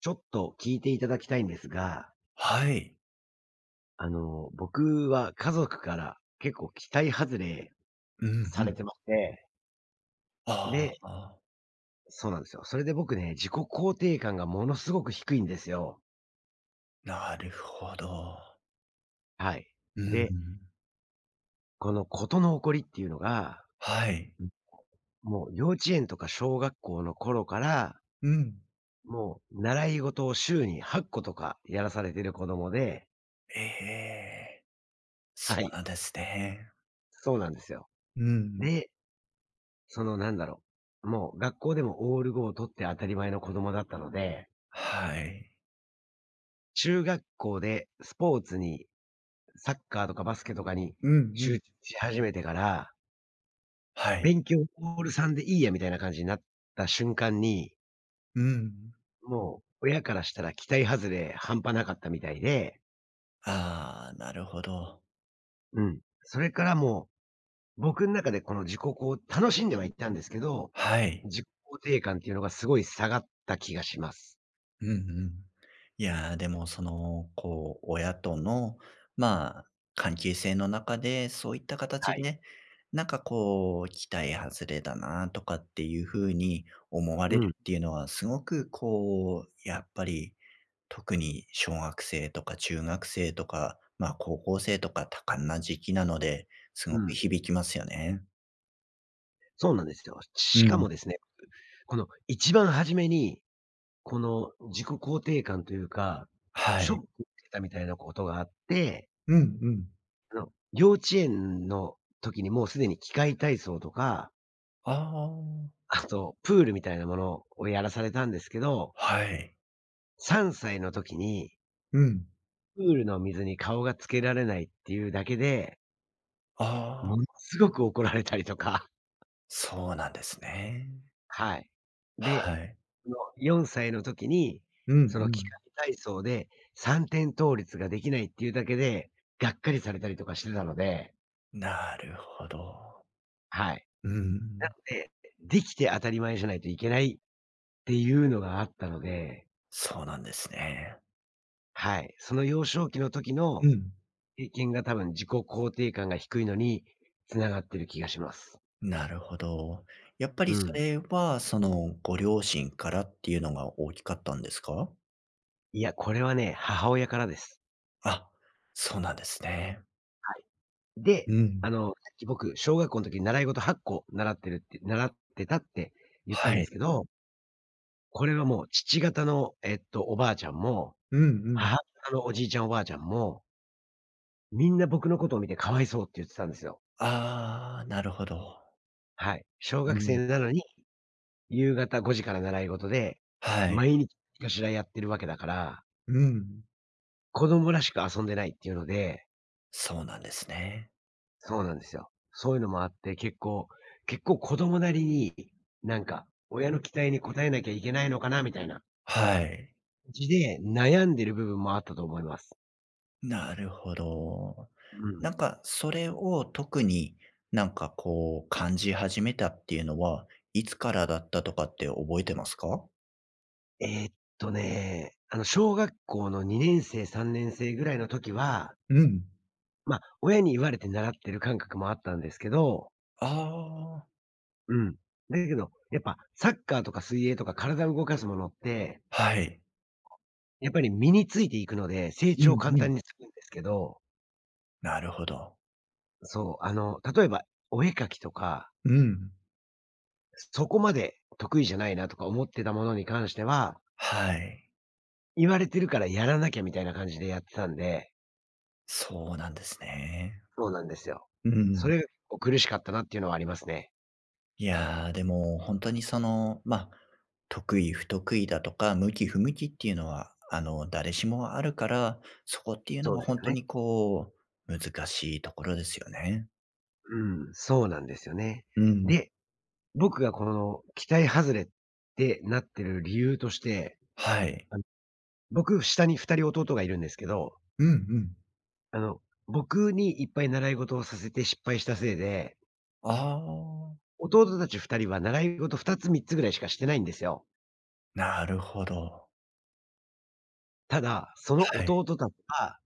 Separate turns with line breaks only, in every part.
ちょっと聞いていただきたいんですが、
はい。
僕は家族から結構期待外れ
うん
さ
う
れ
ん。
てまして、で、
ああ、
そうなんですよ。それで僕ね、自己肯定感がものすごく低いんですよ。
なるほど。
はい。
う
で、
ん。
このことの起こりっていうのが、
はい。
んもう幼稚園とか小学校の頃から、
うん。
もう習い事を週に8個とかやらされてる子供で、
ええ、そ
は
う
い、
なんですね。
そうなんですよ。
うん。
で、そのなんだろもう学校でもオールゴを取って当たり前の子供だったので、
はい。
中学校でスポーツに、サッカーとかバスケとかに
うんう
集
ん。
中し始めてから、
はい。
勉強オールさんでいいやみたいな感じになった瞬間に、
うん。
もう親からしたら期待外れ半端なかったみたいで、
ああ、なるほど。
うん。それからもう、僕ん中でこの自己肯楽しんではいったんですけど、
はい。
自己肯定感っていうのがすごい下がった気がします。
うんうん。いやー、でもその、こう、親との、まあ、関係性の中で、そういった
は
形
い。
で、なんかこう、期待外れだなとかっていう風に思わ
う
れ
ん、
るっていうのは、すごくこう、やっぱり、特に小学生とか中学生とか、まあ、高校生とか多感な時期なので、す
う
ごく
ん。
響きますよね。
そうなんですよ。
う
しか
ん。
もですね、この一番初めに、この自己肯定感というか、
は
ショッ
い。
クを受けたみたいなことがあって、
うんうん。
あの、幼稚園の時にもうすでに器械体操とか、
ああ、
あとプールみたいなものをやらされたんですけど、
はい。
3歳の時に
うん。
プールの水に顔がつけられないっていうだけで、
あ
もの
あ、
すごく怒られたりとか、
そうなんですね。
はい。で
はい。
4歳の時に、
うんう
その器
ん。
械体操で3点倒立ができないっていうだけで、がっかりされたりとかしてたので、
なるほど。
はい。
う
なの
ん。
で、できて当たり前じゃないといけないっていうのがあったので、
そうなんですね。
はい。その幼少期の時
う
の
ん。
経験が多分自己肯定感が低いのに繋がってる気がします。
なるほど。やっぱ
う
りそ
ん。
れは、その、ご両親からっていうのが大きかったんですか？
いや、これはね、母親からです。
あ、そうなんですね。
はい。で、
うん。
さっき僕、小学校の時に習い事8個習ってるって習ってたって言ったん
は
で
い。
すけど、これはもう父方の、おばあちゃんも、
うんうん。
母方のおじいちゃん、おばあちゃんも、みんな僕のことを見てかわいそうって言ってたんですよ。
ああ、なるほど。
はい。小
う
学
ん。
生なのに、夕方5時から習い事で、
はい。
毎日何かしらやってるわけだから、
うん。
子供らしく遊んでないっていうので、
そうなんですね。
そうなんですよ。そういうのもあって、結構結構子供なりに、なんか、親の期待に応えなきゃいけないのかなみたいな感
はい。
じで、悩んでる部分もあったと思います。
なるほど。
うん。
なんかそれを特になんかこう感じ始めたっていうのは、いつからだったとかって覚えてますか？
えっ小学校の2年生、3年生ぐらいの時は、
うん。
ま、親に言われて習ってる感覚もあったんですけど、
ああ、
うん。だけど、やっぱサッカーとか水泳とか体を動かすものって、
はい。
やっぱり身についていくので、成
う
長を
ん
簡
うん。
単につくんですけど、
なるほど。
そう、例えばお絵描きとか、
うん。
そこまで得意じゃないなとか思ってたものに関しては、
はい、
言われてるからやらなきゃみたいな感じでやってたんで、
そうなんですね。
そうなんですよ。
う
そ
ん。
れが結構苦しかったなっていうのはありますね。
いやー、でも本当にその、ま、あ得意不得意だとか、向き不向きっていうのは、あの、誰しもあるから、そこっていうの
そう
が
です
本
よ
当
ね。
にこう、難しいところですよね。
うん、そうなんですよね。
うん。
で、僕がこの期待外れってなってる理由として、
はい。
あの、僕、下に二人弟がいるんですけど、
うんうん。
あの、僕にいっぱい習い事をさせて失敗したせいで、
ああ、
弟たち二人は習い事二つ三つぐらいしかしてないんですよ。
なるほど。
ただ、その
はい。
弟たちは、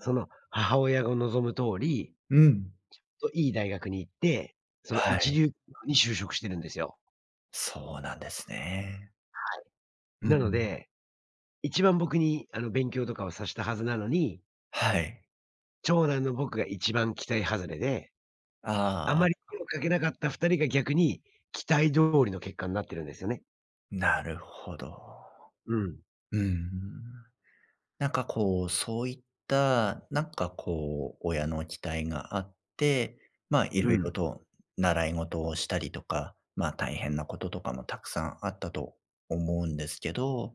その母親が望む通り、
うん。
といい大学に行って、その
は
一
い。
流に就職してるんですよ。
そうなんですね。う
なの
ん。
で一番僕に、勉強とかをさしたはずなのに、
はい。
長男の僕が一番期待外れで、あ
あ
まり
あ、
手をかけなかった2人が逆に期待通りの結果になってるんですよね。
なるほど。
うん。
うん。なんかこう、そういった、なんかこう、親の期待があって、まあ、い
う
ろいろ
ん。
と習い事をしたりとか、まあ、大変なこととかもたくさんあったと思うんですけど、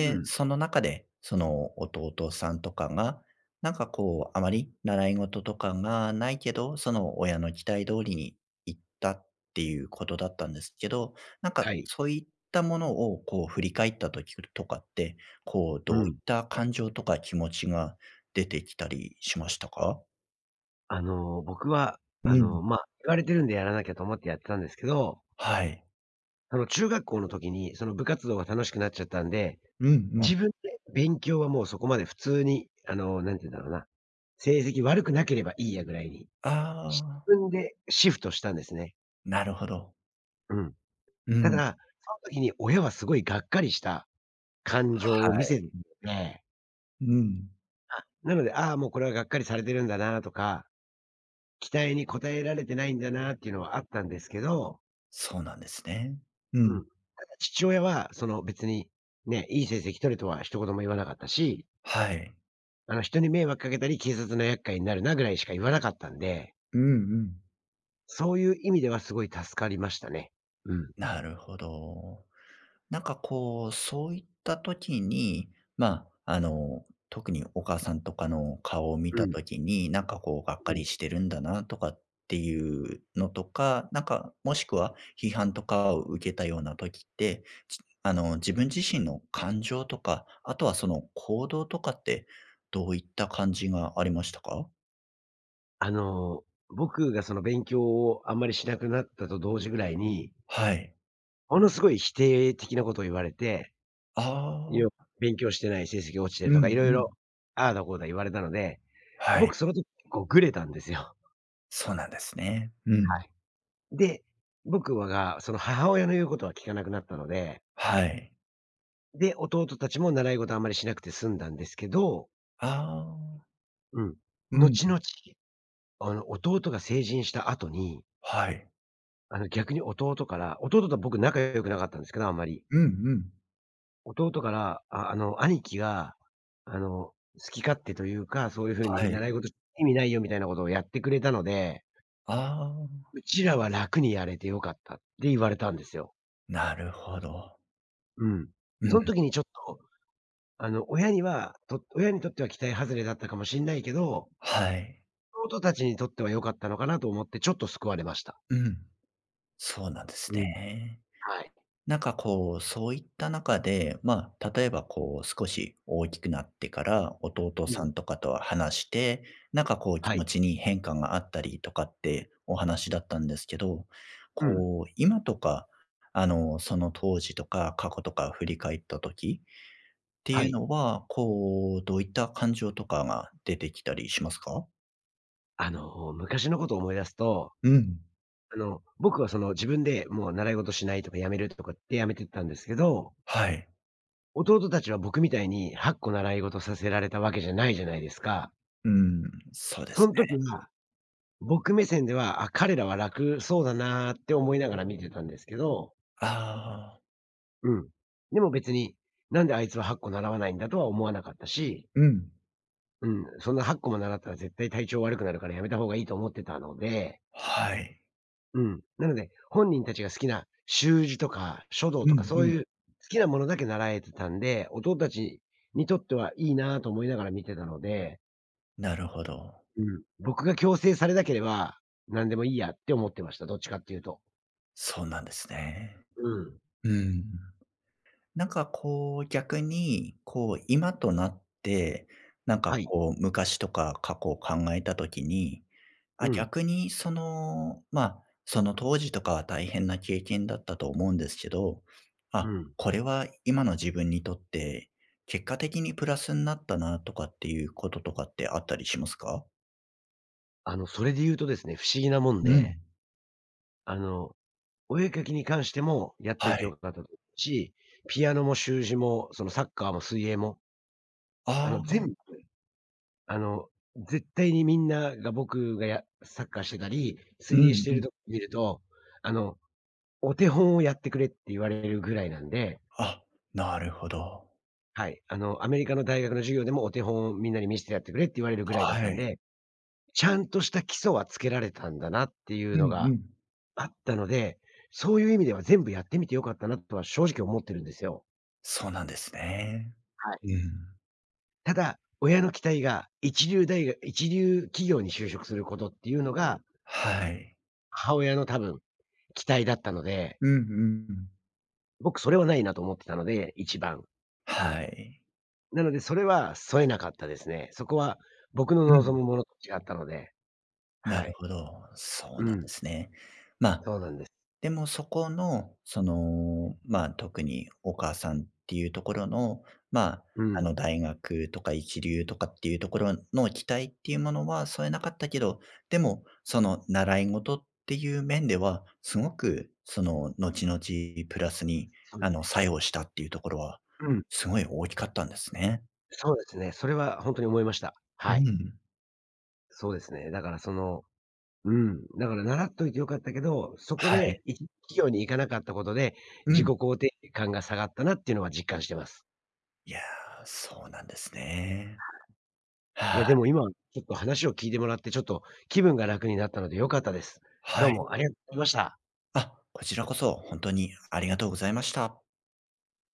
うん。
その中で、その弟さんとかが、なんかこう、あまり習い事とかがないけど、その親の期待通りに行ったっていうことだったんですけど、なん
は
か
い。
そういったものをこう振り返った時とかって、こう、
う
どういっ
ん。
た感情とか気持ちが出てきたりしましたか？
僕は、
うん。
まあ、言われてるんでやらなきゃと思ってやってたんですけど、
はい。
中学校の時に、その部活動が楽しくなっちゃったんで、
うんうん。
自分で勉強はもうそこまで普通に、あの、なんて言うんだろうな、成績悪くなければいいやぐらいに、自
ああ、
分でシフトしたんですね。
なるほど。
うん。
う
た
ん。
だ、その時に親はすごいがっかりした感情
は
を見せ
い。
るので、
うん。
なので、ああ、もうこれはがっかりされてるんだなとか、期待に応えられてないんだなっていうのはあったんですけど、
そうなんですね。う
う
ん。
ん。父親は別に、ね、いい成績取れとは一言も言わなかったし、
はい。
あの人に迷惑かけたり、警察の厄介になるなぐらいしか言わなかったんで、
うんうん。
そういう意味ではすごい助かりましたね。うん。
なるほど。なんかこう、そういった時に、まあ、特にお母さんとかの顔を見
う
た
ん。
時に、なんかこう、がっ
う
か
ん。
りしてるんだなとかっていうのとか、なんか、もしくは批判とかを受けたような時って、じあの、自分自身の感情とか、あとはその行動とかって、どういった感じがありましたか？
あの、僕がその勉強をあんまりしなくなったと同時ぐらいに、
はい。
ものすごい否定的なことを言われて、
あ
よ
あ、
勉強してない成績が落ちて
う
る
ん
とか、いろい
う
ろ
ん。
ああだこうだ言われたので、
はい。
僕その時結構グレたんですよ。
そうなんですね。う
は
ん。
い。で、僕が、その母親の言うことは聞かなくなったので、
はい。
で、弟たちも習い事あんまりしなくて済んだんですけど、
ああ、
うん。
うん。
後々、弟が成人した後に、
はい。
逆に弟から弟と僕仲良くなかったんですけど、あんまり。
うんうん。
弟から、兄貴が、あの、好き勝手というか、そういう風
は
に
い。
習い事意味ないよみたいなことをやってくれたので、
ああ、
うちらは楽にやれて良かったって言われたんですよ。
なるほど。
うん。
う
そ
ん、
の時にちょっと、親にとっては期待外れだったかもしんないけど、
はい。
弟たちにとっては良かったのかなと思ってちょっと救われました。
うん。そうなんです
うん。
ね。
はい。
なんかこう、そういった中で、まあ、例えばこう、少し大きくなってから、弟
う
さ
ん。
んとかとは話して、なんかこう、気
はい。
持ちに変化があったりとかってお話だったんですけど、
うん。
こう、今とか、その当時とか過去とか振り返った時って
は
いう
い。
のは、こう、どういった感情とかが出てきたりしますか？
昔のことを思い出すと
うん。
僕は自分でもう習い事しないとかやめるとかってやめてったんですけど、
はい。
弟たちは僕みたいに8個習い事させられたわけじゃないじゃないですか。
うん、そうで
そ
す
の時
ね。
は、僕目線では、あ、彼らは楽そうだなって思いながら見てたんですけど、
ああ。
うん。でも別に、なんであいつは8個習わないんだとは思わなかったし、
うん。
うん、そんな8個も習ったら絶対体調悪くなるからやめた方がいいと思ってたので、
はい。
うん。なので、本人たちが好きな習字とか書道
う
とか、
んう
そう
ん。
いう好きなものだけ習えてたんで、弟たちにとってはいいなと思いながら見てたので、
なるほど。
うん。僕が強制されなければ、何でもいいやって思ってました。どっちかっていうと。
そうなんですね。
うん。
うん。なんかこう、逆に、こう、今となって、なん
は
か
い。
こう、昔とか過去を考えた時に、
う
あ、
ん。
逆にその、まあ、その当時とかは大変な経験だったと思うんですけど、
う
あ、
ん。
これは今の自分にとって結果的にプラスになったなとかっていうこととかってあったりしますか？
それで言うとですね、不思議なもん
うん。
で、あの、お絵描きに関してもやっと
は
いてよ
い。
かったとし、ピアノも習字も、そのサッカーも水泳も、
あ
全部、
あ。
あの、絶対にみんなが僕がサッカーしてたり、
う
水泳し
ん
て
う
る
ん。
とこ見ると、あの、お手本をやってくれって言われるぐらいなんで、
あ、なるほど。
はい。アメリカの大学の授業でもお手本をみんなに見せてやってくれって言われるぐらいだった
は
ん
い。
で、ちゃんとした基礎はつけられたんだなってい
う
う
ん
の
う
が
ん。
あったので、そういう意味では全部やってみて良かったなとは正直思ってるんですよ。
そうなんですね。
はい。
うん。
ただ、親の期待が一流大学が一流企業に就職することっていうのが、
はい。
母親の多分期待だったので、
うんうんうん。
僕それはないなと思ってたので、一番。
はい。
なので、それは添えなかったですね。そこは僕の
う
望
ん。
むものと違ったので、
な
は
る
い。
ほど、そうな
う
んで
ん、
すね。まあ
そうなんです。
でもそこの、その、まあ、特にお母さんっていうところの、まあ、
うん、
大学とか一流とかっていうところの期待っていうものは添えなかったけど、でも、その習い事っていう面では、すごくその後々プラスに、
そうですね。
作用したっていうところは、
うん、
すごい大きかったんですね。
そうですね。それは本当に思いました。
う
はい。
ん。
そうですね。だからそのうん、だから習っといて良かったけど、そこ
はい。
で一企業に行かなかったことで、
う
自己
ん。
肯定感が下がったなっていうのは実感してます。
いや、そうなんですね。
い
は
や、でも
い。
今ちょっと話を聞いてもらって、ちょっと気分が楽になったので良かったです。ど
は
う
い。
もありがとうございました。
あ、こちらこそ本当にありがとうございました。